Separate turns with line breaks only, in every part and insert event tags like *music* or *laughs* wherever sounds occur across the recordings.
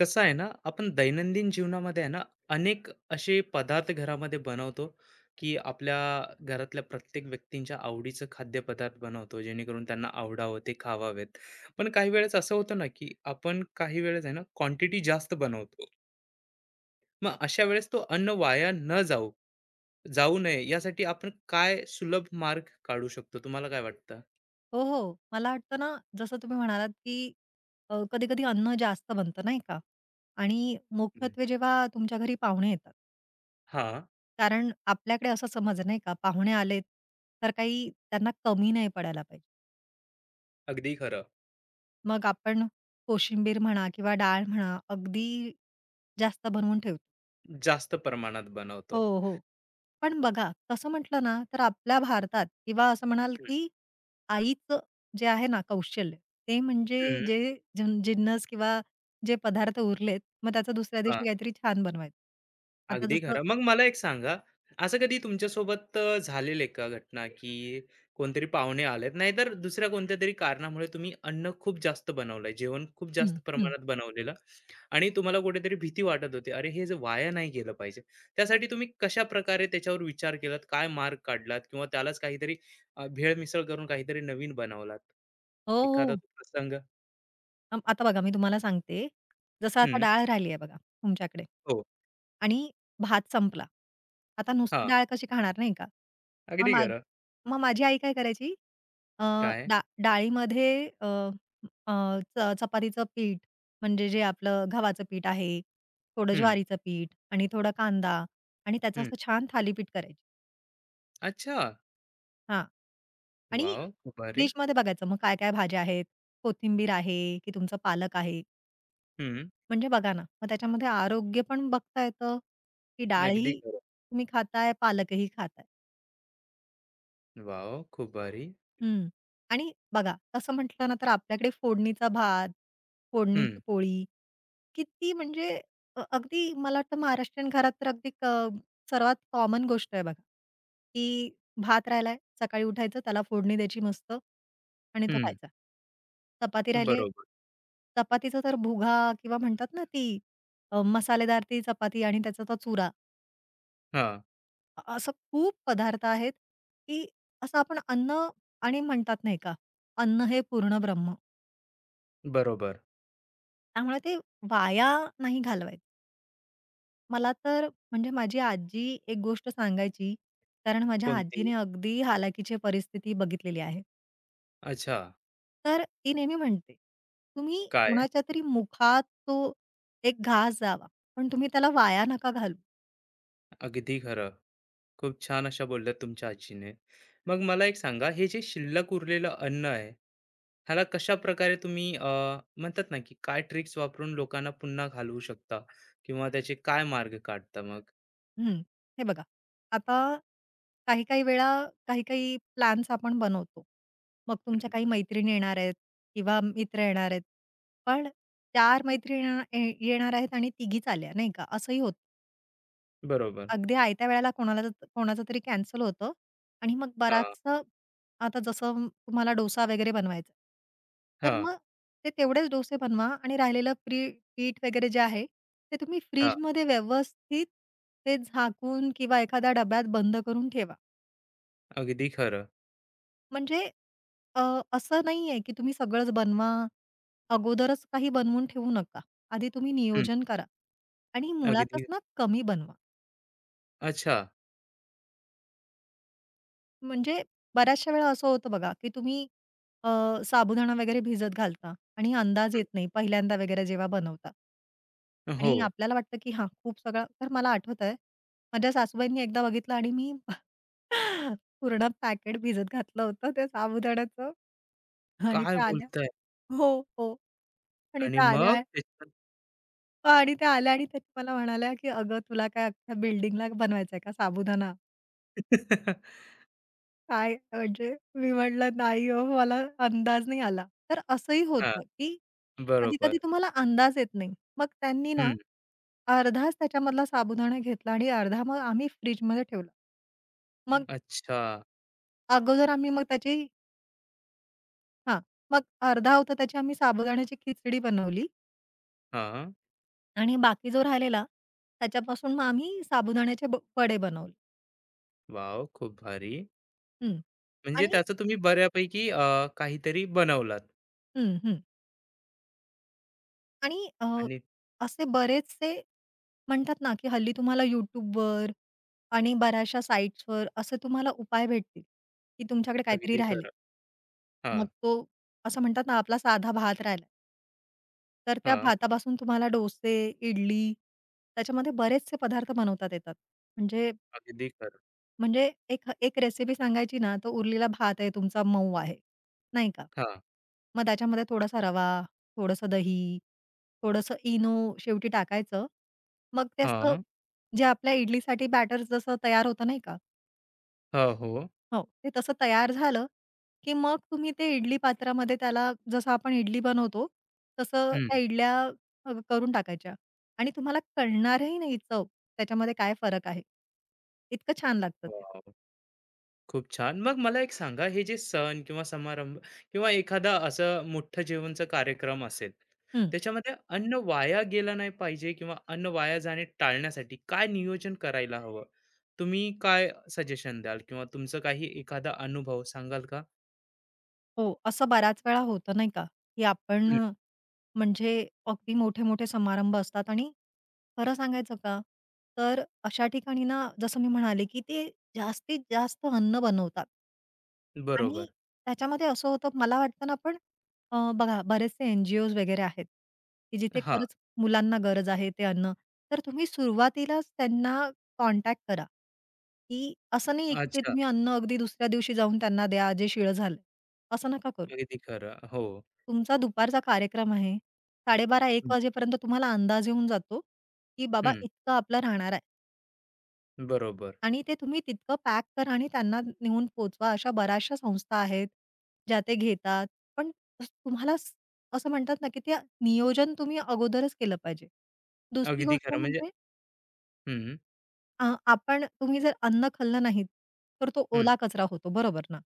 कसं आहे ना, आपण दैनंदिन जीवनामध्ये आहे ना, अनेक असे पदार्थ घरामध्ये बनवतो, की आपल्या घरातल्या प्रत्येक व्यक्तींच्या आवडीचं खाद्यपदार्थ बनवतो, जेणेकरून त्यांना आवडावं, ते खावावेत. पण काही वेळेस असं होतं ना, की आपण काही वेळेस आहे ना, क्वांटिटी जास्त बनवतो. मग अशा वेळेस तो अन्न वाया न जाऊ जाऊ नये, यासाठी आपण काय सुलभ मार्ग काढू शकतो? तुम्हाला काय वाटतं?
हो, हो. मला वाटतं ना, जसं तुम्ही म्हणालात, की कधी-कधी अन्न जास्त बनतं नाही का? आणि
हं.
मुख्यत्वे जेव्हा तुमच्या घरी पाहुणे येतात,
हां,
कारण आपल्याकडे असा समज आहे नाही का, पाहुणे आलेत, तर काही त्यांना कमी नाही पडायला पाहिजे.
अगदी खरं.
मग आपण कोशिंबीर म्हणा किंवा डाळ म्हणा, अगदी जास्त बनवून ठेवतो.
जास्त प्रमाणात
हो,
बनवतो.
हो. पण बघा, तसं म्हटलं ना, तर आपल्या भारतात किंवा असं म्हणाल,
हं.
की आईचं जे आहे ना कौशल्य, ते म्हणजे
हं,
जे जिन जिन्नस किंवा जे पदार्थ उरलेत, मग त्याचा दुसऱ्या दिवशी काहीतरी छान बनवायचं. आता
अगदी
जसं
खरं. मग मला एक सांगा, असं कधी तुमच्यासोबत झालेलं आहे का घटना, की कोणतरी पाहुणे आलेत, नाहीतर दुसऱ्या कोणत्यातरी कारणामुळे तुम्ही अन्न खूप जास्त बनवलंय, जेवण खूप
हं,
जास्त
हं.
प्रमाणात बनवलेलं आणि तुम्हाला कुठेतरी भीती वाटत होती, "अरे, हे जे वाया नाही गेलं पाहिजे." त्यासाठी तुम्ही कशाप्रकारे त्याच्यावर विचार केलात, काय मार्ग काढलात किंवा त्यालाच काहीतरी भेळ-मिसळ करून काहीतरी नवीन बनवलात?
हो,
एखादा
हो.
तो प्रसंग?
अं, आता बघा मी तुम्हाला सांगते, जसं आता
हं.
डाळ राहिली आहे बघा तुमच्याकडे
हो.
आणि भात संपला. आता नुसती
हां.
डाळ कशी खाणार नाही का? मग
अगदी
माझ
खरं.
मग माझी आई काय करायची, अ,
काय?
डाळीमध्ये अ, अ, चपातीचं पीठ, म्हणजे जे आपलं गव्हाचं पीठ आहे, थोडं
हं,
ज्वारीचं पीठ आणि थोडा कांदा आणि त्याचं
हं.
असं छान थालीपीठ करायची.
अच्छा.
हां. आणि
वॉव! भारी.
डिशमध्ये बघायचं मग काय-काय भाज्या आहेत, कोथिंबीर आहे की तुमचं पालक आहे.
हं,
म्हणजे बघा ना, मग त्याच्यामध्ये आरोग्य पण बघता येतं, की
अगदी
डाळही
खरं.
तुम्ही खाताय, पालकही खाताय.
वॉव! खूप भारी.
हं. आणि बघा, तसं म्हटलं ना, तर आपल्याकडे फोडणीचा भात,
हं,
फोडणीची पोळी, किती म्हणजे अगदी मला वाटतं महाराष्ट्रीयन घरात तर अगदी सर्वात कॉमन गोष्ट आहे बघा, की भात राहिलाय, सकाळी उठायचं, त्याला फोडणी द्यायची मस्त आणि तो
हं.
खायचा. चपाती राहिली,
बरोबर.
चपातीचा तर भुगा किंवा म्हणतात ना, ती मसालेदार ती चपाती आणि त्याचा तो चुरा.
हां,
असं खूप पदार्थ आहेत, की असं आपण अन्न आणि म्हणतात नाही का, अन्न हे पूर्ण ब्रह्म.
बरोबर.
त्यामुळे ते वाया नाही घालवायचं. मला तर म्हणजे माझी आजी एक गोष्ट सांगायची, कारण माझ्या
कोणती?
आजीने अगदी हालाकीची परिस्थिती बघितलेली आहे.
अच्छा.
तर ती नेहमी म्हणते, "तुम्ही
काय?
कोणाच्यातरी मुखात तो एक घास जावा, पण तुम्ही त्याला वाया नका घालू."
अगदी खरं. खूप छान अशा बोलल्या तुमच्या आजीने. मग मला एक सांगा, हे जे शिल्लक उरलेलं अन्न आहे, ह्याला कशा प्रकारे तुम्ही म्हणतात ना, की काय ट्रिक्स वापरून लोकांना पुन्हा घालवू शकता किंवा त्याचे काय मार्ग काढता मग?
हं, हे बघा, आता काही-काही वेळा काही-काही प्लॅन्स आपण बनवतो. मग तुमच्या
हं,
काही मैत्रिणी येणार आहेत किंवा मित्र येणार आहेत. पण 4 मैत्रिणी येणार आहेत आणि तिघीच आल्या नाही का, असंही होतं.
बरोबर.
अगदी आयत्या वेळेला कोणाचं तरी कॅन्सल होतं आणि मग
हां,
बराचसं आता जसं तुम्हाला डोसा वगैरे बनवायचा तर
हां,
मग ते तेवढेच डोसे बनवा आणि राहिलेलं पीठ वगैरे जे आहे, ते तुम्ही
हां.
फ्रिजमध्ये व्यवस्थित ते झाकून किंवा एखाद्या डब्यात बंद करून ठेवा.
अगदी खरं.
म्हणजे अ, असं नाहीये, की तुम्ही सगळंच बनवा. अगोदरच काही बनवून ठेवू नका. आधी तुम्ही
हं,
नियोजन करा आणि मुळातच
अगदी
ना कमी बनवा.
अच्छा.
म्हणजे बऱ्याचशा वेळा असं होतं बघा, की तुम्ही अ, साबुदाणा वगैरे भिजत घालता आणि अंदाज येत
हं,
नाही पहिल्यांदा वगैरे जेव्हा बनवता.
हो.
आणि आपल्याला वाटतं, की हां, खूप सगळं तर मला आठवत आहे, माझ्या सासूबाईंनी एकदा बघितलं आणि मी *laughs* पूर्ण पॅकेट भिजत घातलं होतं त्या साबुदाण्याचं आणि
काय
त्या आल्या.
बोलताय?
हो, हो. आणि
आणि
त्या
मग
आल्या.
त्याच्यात
आणि त्या आल्या आणि त्या मला म्हणाल्या, की "अगं तुला काय अख्ख्या बिल्डिंगला बनवायचंय का साबुदाणा?"
*laughs*
काय म्हणजे मी म्हटलं, "नाही हो, मला अंदाज नाही आला." तर असंही
हां,
होतं, की कधी-कधी
बरोबर.
तुम्हाला अंदाज येत नाही. मग त्यांनी ना,
हं.
अर्धाच त्याच्यामधला साबुदाणा घेतला आणि अर्धा मग आम्ही फ्रिजमध्ये ठेवला. मग
अच्छा.
अगोदर आम्ही मग त्याची हां, मग अर्धा होता त्याची आम्ही साबुदाण्याची खिचडी बनवली
हां.
आणि बाकी जो राहिलेला त्याच्यापासून मग आम्ही साबुदाण्याचे वडे बनवले.
वॉव! खूप भारी.
हं.
म्हणजे
आणि
त्याचं तुम्ही बऱ्यापैकी काहीतरी बनवलात
हं, हं. आणि
आणि
असे बरेचसे म्हणतात ना, की हल्ली तुम्हाला YouTubeवर आणि बऱ्याचशा साइट्सवर असे तुम्हाला उपाय भेटतील, की तुमच्याकडे काहीतरी
अगदी
राहिलंय.
खरं. हां,
मग तो असं म्हणतात ना, आपला साधा भात राहिलाय, तर त्या
हां.
भातापासून तुम्हाला डोसे, इडली त्याच्यामध्ये बरेचसे पदार्थ बनवता येतात. म्हणजे
अगदी खरं.
म्हणजे एक एक रेसिपी सांगायची ना, तो उरलेला भात आहे तुमचा मऊ आहे, नाही का?
हां,
मग त्याच्यामध्ये थोडासा रवा, थोडंसं दही, थोडंसं इनो शेवटी टाकायचं. मग ते असं
हां.
जे आपल्या इडलीसाठी बॅटर जसं तयार होतं नाही का?
हां, हो.
हो. ते तसं तयार झालं, की मग तुम्ही ते इडली पात्रामध्ये त्याला जसं आपण इडली बनवतो, तसं
हं.
त्या इडल्या करून टाकायच्या आणि तुम्हाला कळणारही नाही चव त्याच्यामध्ये काय फरक आहे. इतकं छान लागतं ते.
वॉव! खूप छान. मग मला एक सांगा, हे जे सण किंवा समारंभ किंवा एखादा असं मोठं जेवणचा कार्यक्रम असेल, त्याच्यामध्ये अन्न वाया गेलं नाही पाहिजे किंवा अन्न वाया जाणे टाळण्यासाठी काय नियोजन करायला हवं? तुम्ही काय सजेशन द्याल किंवा तुमचं काही एखादा अनुभव सांगाल का?
हो, असं बऱ्याच वेळा होतं नाही का, की आपण
हं.
म्हणजे अगदी मोठे-मोठे समारंभ असतात आणि खरं सांगायचं का, तर अशा ठिकाणी ना, जसं मी म्हणाले, की ते जास्तीत जास्त अन्न बनवतात. आणि
बरोबर.
त्याच्यामध्ये असं होतं, मला वाटतं ना पण बघा बरेचसे एन-जी-ओज वगैरे आहेत, की जिथे
हां.
खरंच मुलांना गरज आहे ते अन्न. तर तुम्ही सुरुवातीलाच त्यांना कॉन्टॅक्ट करा, की असं नाहीये, की ते
अच्छा.
तुम्ही अन्न अगदी दुसऱ्या दिवशी जाऊन त्यांना द्या, जे शिळं झालंय. असं नका करू.
अगदी खरं. हो.
तुमचा दुपारचा कार्यक्रम आहे. 12:30-1
हं.
वाजेपर्यंत तुम्हाला अंदाज येऊन जातो, की बाबा इतकं आपलं राहणार आहे
बरोबर.
आणि ते तुम्ही तितकं पॅक करा आणि त्यांना नेऊन पोहोचवा. अशा बऱ्याचशा संस्था आहेत, ज्या ते घेतात. पण अस- तुम्हाला स असं म्हणतात ना, की ते नियोजन तुम्ही अगोदरच केलं पाहिजे. दुसरी
अगदी
गोष्ट
खरं म्हणजे
म्हणजे
हं,
अ, आपण तुम्ही जर अन्न खाल्लं नाहीत, तर तो
हं.
ओला कचरा होतो, बरोबर ना?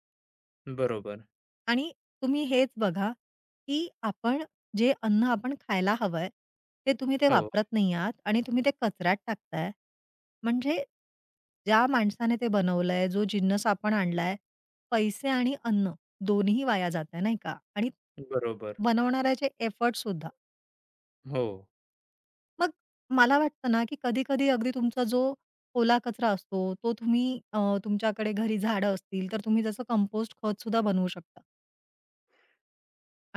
बरोबर.
आणि तुम्ही हेच बघा, की आपण जे अन्न आपण खायला हवंय, ते तुम्ही ते
हो.
वापरत नाही आहात आणि तुम्ही ते कचऱ्यात टाकताय. म्हणजे ज्या माणसाने ते बनवलंय, जो जिन्नस आपण आणलाय, पैसे आणि अन्न दोन्ही वाया जातंय नाही का? आणि
बरोबर.
बनवणाऱ्याचे एफर्टसुद्धा.
हो.
मग मला वाटतं ना, की कधी-कधी अगदी तुमचा जो ओला कचरा असतो, तो तुम्ही तुमच्याकडे घरी झाडं असतील, तर तुम्ही त्याचं कंपोस्ट खतसुद्धा बनवू शकता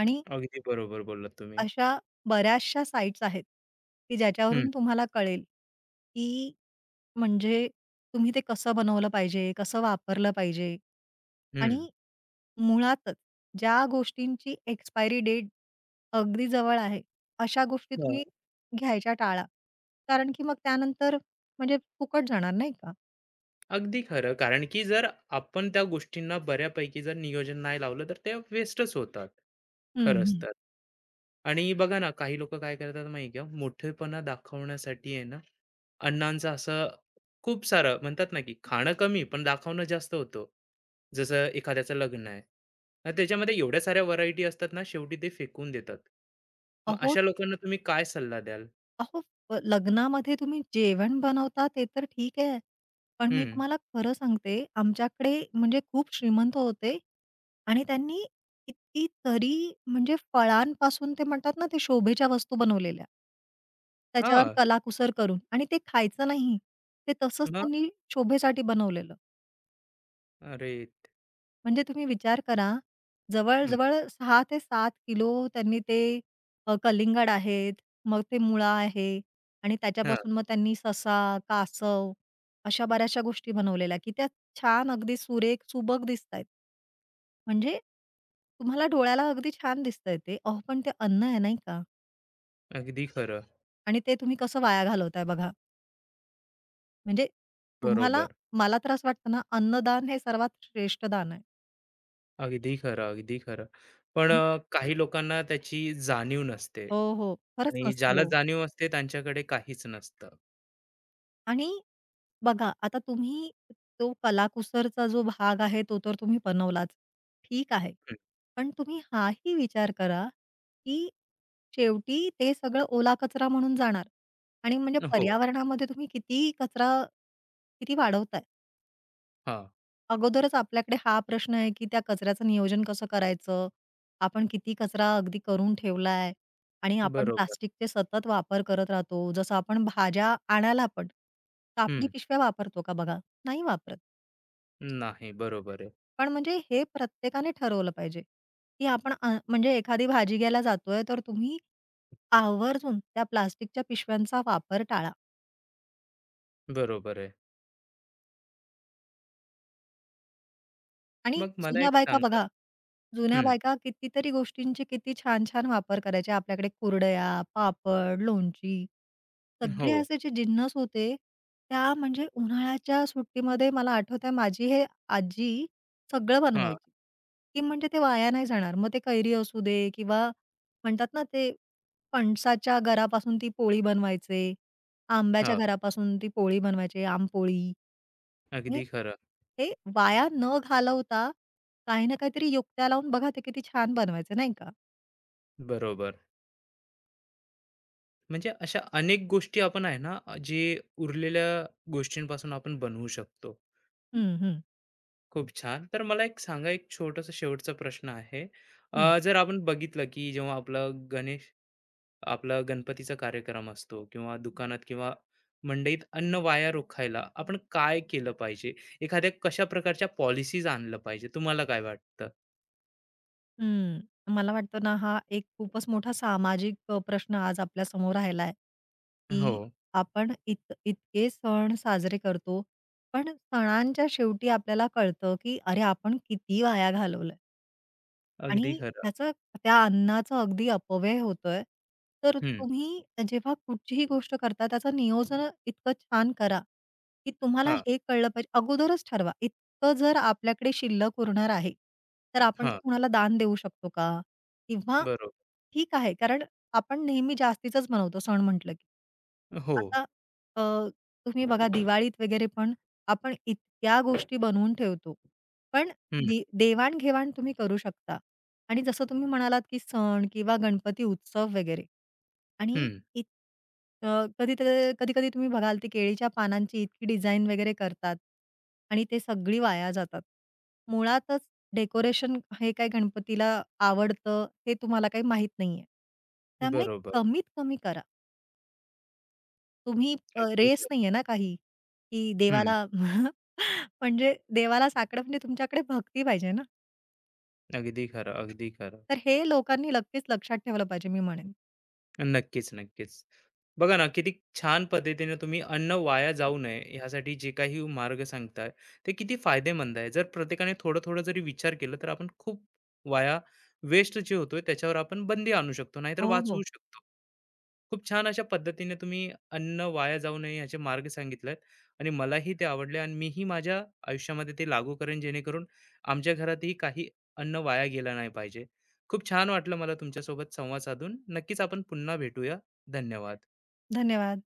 आणि
अगदी बरोबर बोललात तुम्ही.
अशा बऱ्याचशा साइट्स आहेत, की
हं.
ज्याच्यावरून तुम्हाला कळेल, की म्हणजे तुम्ही ते कसं बनवलं पाहिजे, कसं वापरलं पाहिजे
हम्म हं.
आणि मुळातच ज्या गोष्टींची एक्सपायरी डेट अगदी जवळ आहे, अशा गोष्टी तुम्ही घ्यायच्या टाळा. कारण की मग त्यानंतर म्हणजे फुकट जाणार नाही का?
अगदी खरं. कारण की जर आपण त्या गोष्टींना बऱ्यापैकी जर नियोजन नाही लावलं, तर ते वेस्टच होतात,
हं,
खरंच
हं.
तर. आणि बघा ना, काही लोकं काय करतात माहिती आहे का? मोठेपणा दाखवण्यासाठी आहे ना, अण्णांचं असं खूप सारं म्हणतात ना, की खाणं कमी पण दाखवणं जास्त होतं. जसं एखाद्याचं लग्न आहे. मग त्याच्यामध्ये एवढ्या साऱ्या व्हरायटी असतात ना, शेवटी ते फेकून देतात. मग
अहो
अशा लोकांना तुम्ही काय सल्ला द्याल?
अहो, लग्नामध्ये तुम्ही जेवण बनवता ते तर ठीक आहे. पण मी
हं.
तुम्हाला खरं सांगते, आमच्याकडे म्हणजे खूप श्रीमंत होते आणि त्यांनी कितीतरी म्हणजे फळांपासून ते म्हणतात ना, ते शोभेच्या वस्तू बनवलेल्या. त्याच्यावर
हां.
कलाकुसर करून आणि ते खायचं नाही. ते तसंच
मग
त्यांनी शोभेसाठी बनवलेलं.
अरे!
म्हणजे तुम्ही विचार करा,
हं.
जवळ-जवळ 6 ते 7 किलो त्यांनी ते कलिंगड आहेत, मग ते मुळा आहे आणि
हां.
त्याच्यापासून मग त्यांनी ससा, कासव अशा बऱ्याचशा गोष्टी बनवलेल्या, की त्या छान अगदी सुरेख, सुबक दिसतायत. म्हणजे तुम्हाला डोळ्याला अगदी छान दिसतंय ते. अहो, पण ते अन्न आहे नाही का
अगदी खरं.
आणि ते तुम्ही कसं वाया घालवताय बघा. म्हणजे तुम्हाला
बरोबर.
मला तर असं वाटतं ना, अन्नदान हे सर्वात श्रेष्ठ दान आहे.
अगदी खरं, अगदी खरं. पण
आणि
काही लोकांना त्याची जाणीव नसते
हो, हो. खरंच
आणि
नसतं.
ज्याला
हो.
जाणीव असते त्यांच्याकडे काहीच नसतं.
आणि बघा, आता तुम्ही तो कलाकुसरचा जो भाग आहे, तो तर तुम्ही बनवलाच. ठीक आहे. पण तुम्ही हाही विचार करा, की शेवटी ते सगळं ओला कचरा म्हणून जाणार आणि म्हणजे
हं, हो.
पर्यावरणामध्ये तुम्ही किती कचरा किती वाढवताय.
हां,
अगोदरच आपल्याकडे हा प्रश्न आहे, की त्या कचऱ्याचं नियोजन कसं करायचं? आपण किती कचरा अगदी करून ठेवलाय? आणि आपण
बरोबर.
प्लास्टिकचे सतत वापर करत राहतो. जसं आपण भाज्या आणायला पण कापडी
हं.
पिशव्या वापरतो का बघा? नाही वापरत.
नाही, बरोबर आहे,
पण म्हणजे हे प्रत्येकाने ठरवलं पाहिजे, की आपण म्हणजे एखादी भाजी घ्यायला जातोय, तर तुम्ही आवर्जून त्या प्लास्टिकच्या पिशव्यांचा वापर टाळा.
बरोबर आहे.
आणि
मग मला एक सांगा
जुन्या
हं,
बायका कितीतरी गोष्टींचे किती छान-छान वापर करायच्या. आपल्याकडे कुरडया, पापड, लोणची सगळे
हो.
असे जे जिन्नस होते, त्या म्हणजे उन्हाळ्याच्या सुट्टीमध्ये मला आठवतंय माझी हे आजी सगळं
हा,
बनवायची, की म्हणजे ते वाया नाही जाणार. मग ते कैरी असू दे किंवा म्हणतात ना ते फणसाच्या गरापासून ती पोळी बनवायचे, आंब्याच्या
हां.
गरापासून ती पोळी बनवायची, आंबपोळी. हे
अगदी खरं.
हे वाया न घालवता काही ना काहीतरी युक्त्या लावून बघा ते किती छान बनवायचं नाही का?
बरोबर. म्हणजे अशा अनेक गोष्टी आपण आहे ना, जे उरलेल्या गोष्टींपासून आपण बनवू शकतो.
हं, हं.
खूप छान. तर मला एक सांगा, एक छोटासा शेवटचा प्रश्न आहे.
हं,
जर आपण बघितलं, की जेव्हा आपलं गणेश आपला गणपतीचा कार्यक्रम असतो किंवा दुकानात किंवा मंडईत अन्न वाया रोखायला आपण काय केलं पाहिजे? एखाद्या कशा प्रकारच्या पॉलिसीज आणलं पाहिजे? तुम्हाला काय वाटतं?
हं. मला वाटतं ना हा एक खूपच मोठा सामाजिक प्रश्न आज आपल्यासमोर राहिला आहे, की
हो,
आपण इतके सण साजरे करतो, पण सणांच्या शेवटी आपल्याला कळतं, की अरे आपण किती वाया घालवलंय.
अगदी
आणि
खरं.
त्या अन्नाचा अगदी अपव्यय होतोय. तर
हं.
तुम्ही जेव्हा कुठचीही गोष्ट करता त्याचं नियोजन इतकं छान करा, की तुम्हाला
हां,
हे कळलं पाहिजे. अगोदरच ठरवा. इतकं जर आपल्याकडे शिल्लक उरणार आहे, तर आपण ते
हां.
कुणाला दान देऊ शकतो का? किंवा
बरोबर.
ठीक आहे, कारण आपण नेहमी जास्तीचंच बनवतो सण म्हटलं की.
हो.
आता अ, तुम्ही बघा दिवाळीत वगैरे पण आपण इतक्या गोष्टी बनवून ठेवतो. पण
हं,
देवाण तुम्ही करू शकता. आणि जसं तुम्ही म्हणालात, की सण किंवा गणपती उत्सव वगैरे आणि
हं.
इत अ, कधी तर कधी-कधी तुम्ही बघाल, ती केळीच्या पानांची इतकी डिझाइन वगैरे करतात आणि ते सगळी वाया जातात. मुळातच डेकोरेशन हे काय गणपतीला आवडतं, हे तुम्हाला काही माहित नाहीये. त्यामुळे
बरोबर.
कमीत कमी करा. तुम्ही
अगदी
रेस
खरं.
नाहीये ना काही, की
हं.
देवाला *laughs* म्हणजे देवाला साकडं म्हणजे तुमच्याकडे भक्ती पाहिजे ना.
अगदी खरं, अगदी खरं.
तर हे लोकांनी नक्कीच लक्षात ठेवलं पाहिजे, मी म्हणेन.
नक्कीच, नक्कीच. बघा ना, किती छान पद्धतीने तुम्ही अन्न वाया जाऊ नये ह्यासाठी जे काही मार्ग सांगताय, ते किती फायदेमंद आहे. जर प्रत्येकाने थोडं-थोडं जरी विचार केला, तर आपण खूप वाया वेस्ट जे होतोय त्याच्यावर आपण बंदी आणू शकतो, नाहीतर
हो,
वाचवू
हो.
शकतो. खूप छान अशा पद्धतीने तुम्ही अन्न वाया जाऊ नये याचे मार्ग सांगितलेत आणि मलाही ते आवडले आणि मीही माझ्या आयुष्यामध्ये ते लागू करेन जेणेकरून आमच्या घरातही काही अन्न वाया गेलं नाही पाहिजे. खूप छान वाटलं मला तुमच्यासोबत संवाद साधून. नक्कीच आपण पुन्हा भेटूया. धन्यवाद.
धन्यवाद.